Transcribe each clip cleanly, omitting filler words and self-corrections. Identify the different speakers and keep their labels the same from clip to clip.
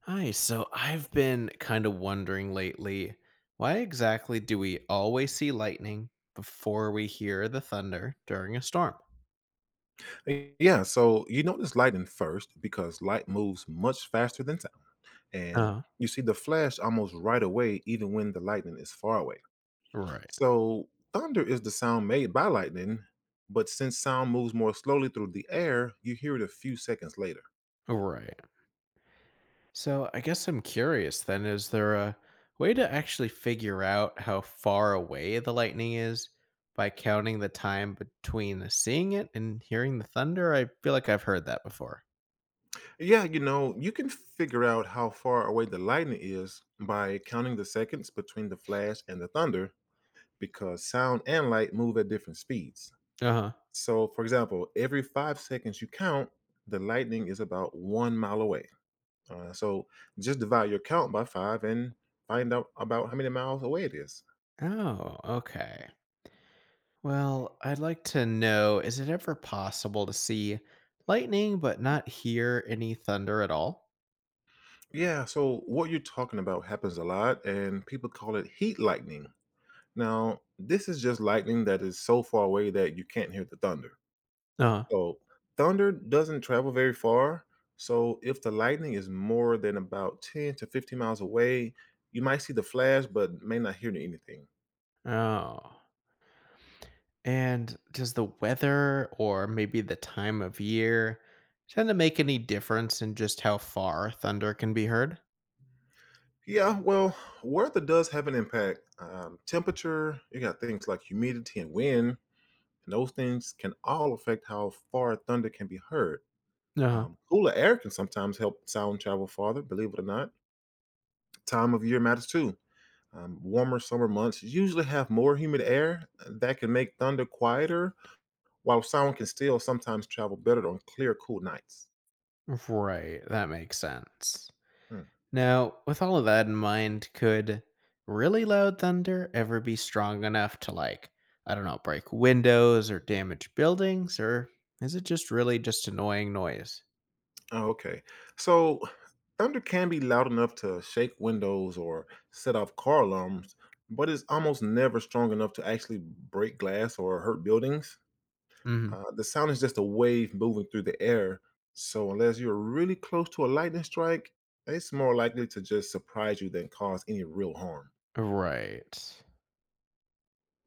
Speaker 1: Hi, so I've been kind of wondering lately, why exactly do we always see lightning before we hear the thunder during a storm?
Speaker 2: Yeah, so you notice lightning first because light moves much faster than sound. And
Speaker 1: Uh,
Speaker 2: you see the flash almost right away, even when the lightning is far away.
Speaker 1: right.
Speaker 2: So thunder is the sound made by lightning, but since sound moves more slowly through the air, you hear it a few seconds later.
Speaker 1: Right. So I guess I'm curious then, is there a way to actually figure out how far away the lightning is by counting the time between seeing it and hearing the thunder? I feel like I've heard that before.
Speaker 2: Yeah, you can figure out how far away the lightning is by counting the seconds between the flash and the thunder because sound and light move at different speeds.
Speaker 1: Uh-huh.
Speaker 2: So, for example, every 5 seconds you count, the lightning is about one mile away. So, just divide your count by five and find out about how many miles away it is.
Speaker 1: Oh, okay. Well, I'd like to know, is it ever possible to see lightning but not hear any thunder at all?
Speaker 2: Yeah, so what you're talking about happens a lot, and people call it heat lightning. Now, this is just lightning that is so far away that you can't hear the thunder.
Speaker 1: Uh,
Speaker 2: So, thunder doesn't travel very far. So, if the lightning is more than about 10 to 15 miles away, you might see the flash, but may not hear anything.
Speaker 1: oh. And does the weather or maybe the time of year tend to make any difference in just how far thunder can be heard?
Speaker 2: Yeah, well, weather does have an impact. Temperature, you got things like humidity and wind, and those things can all affect how far thunder can be heard.
Speaker 1: Uh,
Speaker 2: Cooler air can sometimes help sound travel farther, believe it or not. Time of year matters too. Warmer summer months usually have more humid air that can make thunder quieter, while sound can still sometimes travel better on clear, cool nights.
Speaker 1: right, that makes sense.
Speaker 2: Hmm.
Speaker 1: Now, with all of that in mind, could really loud thunder ever be strong enough to, I don't know, break windows or damage buildings, or is it just really just annoying noise?
Speaker 2: Oh, okay. So thunder can be loud enough to shake windows or set off car alarms, but it's almost never strong enough to actually break glass or hurt buildings.
Speaker 1: Hmm.
Speaker 2: The sound is just a wave moving through the air. So unless you're really close to a lightning strike, it's more likely to just surprise you than cause any real harm.
Speaker 1: Right.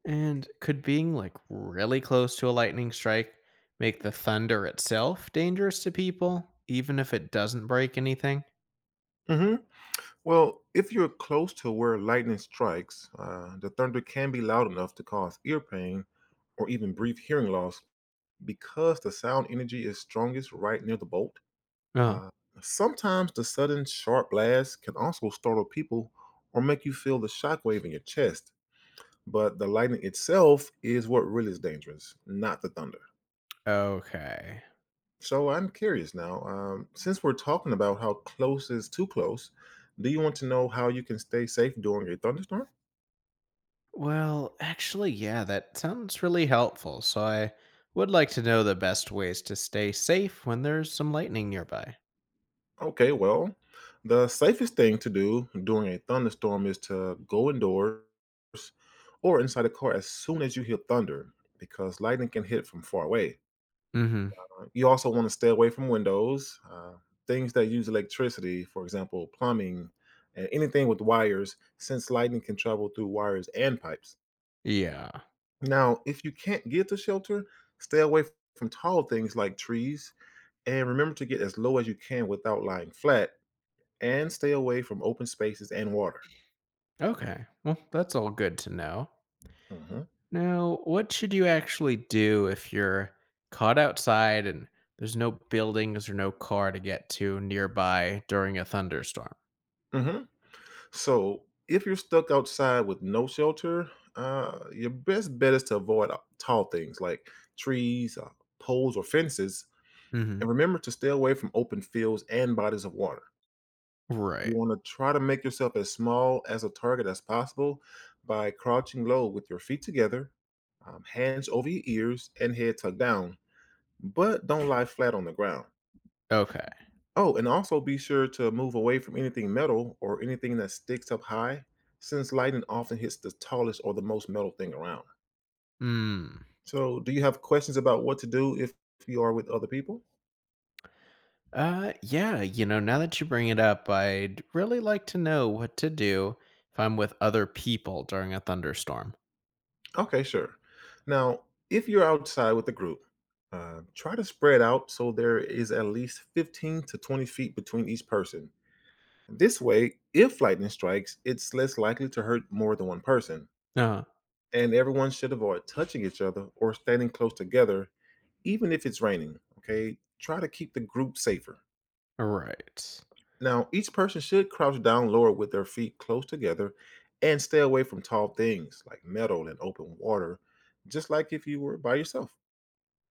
Speaker 1: And could being, like, really close to a lightning strike make the thunder itself dangerous to people, even if it doesn't break anything?
Speaker 2: hmm Well, if you're close to where lightning strikes, the thunder can be loud enough to cause ear pain or even brief hearing loss because the sound energy is strongest right near the bolt.
Speaker 1: Oh,
Speaker 2: Uh, sometimes the sudden sharp blast can also startle people or make you feel the shockwave in your chest, but the lightning itself is what really is dangerous, not the thunder.
Speaker 1: okay.
Speaker 2: So I'm curious now, since we're talking about how close is too close, do you want to know how you can stay safe during a thunderstorm?
Speaker 1: Well, actually, yeah, that sounds really helpful. So I would like to know the best ways to stay safe when there's some lightning nearby.
Speaker 2: Okay, well, the safest thing to do during a thunderstorm is to go indoors or inside a car as soon as you hear thunder because lightning can hit from far away.
Speaker 1: Mm-hmm.
Speaker 2: You also want to stay away from windows, things that use electricity, for example, plumbing, and anything with wires, since lightning can travel through wires and pipes.
Speaker 1: Yeah.
Speaker 2: Now, if you can't get to shelter, stay away f- from tall things like trees, and remember to get as low as you can without lying flat, and stay away from open spaces and water.
Speaker 1: Okay. Well, that's all good to know.
Speaker 2: hmm
Speaker 1: Now, what should you actually do if you're caught outside and there's no buildings or no car to get to nearby during a thunderstorm?
Speaker 2: hmm So, if you're stuck outside with no shelter, your best bet is to avoid tall things like trees, poles, or fences,
Speaker 1: Mm-hmm.
Speaker 2: and remember to stay away from open fields and bodies of water. You
Speaker 1: Right.
Speaker 2: want to try to make yourself as small as a target as possible by crouching low with your feet together, hands over your ears, and head tucked down, but don't lie flat on the ground.
Speaker 1: Okay.
Speaker 2: Oh, and also be sure to move away from anything metal or anything that sticks up high, since lightning often hits the tallest or the most metal thing around.
Speaker 1: Hmm.
Speaker 2: So, do you have questions about what to do if you are with other people?
Speaker 1: Yeah, you know, now that you bring it up, I'd really like to know what to do if I'm with other people during a thunderstorm.
Speaker 2: Okay, sure. Now, if you're outside with a group, try to spread out so there is at least 15 to 20 feet between each person. This way, if lightning strikes, it's less likely to hurt more than one person,
Speaker 1: Uh,
Speaker 2: and everyone should avoid touching each other or standing close together even if it's raining. Okay, try to keep the group safer.
Speaker 1: right.
Speaker 2: Now, each person should crouch down lower with their feet close together and stay away from tall things like metal and open water, just like if you were by yourself.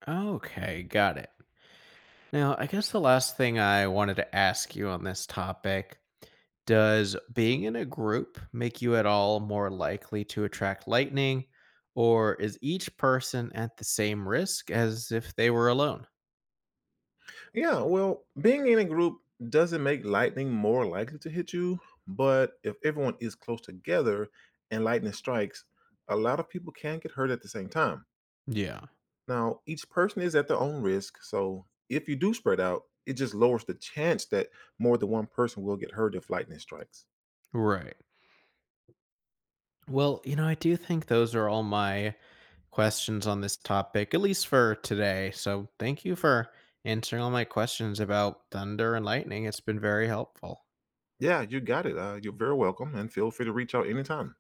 Speaker 1: Okay, got it. Now, I guess the last thing I wanted to ask you on this topic, does being in a group make you at all more likely to attract lightning, or is each person at the same risk as if they were alone?
Speaker 2: Yeah, well, being in a group doesn't make lightning more likely to hit you, but if everyone is close together and lightning strikes, a lot of people can get hurt at the same time.
Speaker 1: Yeah,
Speaker 2: Now, each person is at their own risk, so if you do spread out, it just lowers the chance that more than one person will get hurt if lightning strikes.
Speaker 1: right. Well, you know, I do think those are all my questions on this topic, at least for today. So thank you for answering all my questions about thunder and lightning. It's been very helpful.
Speaker 2: Yeah, you got it. You're very welcome, and feel free to reach out anytime.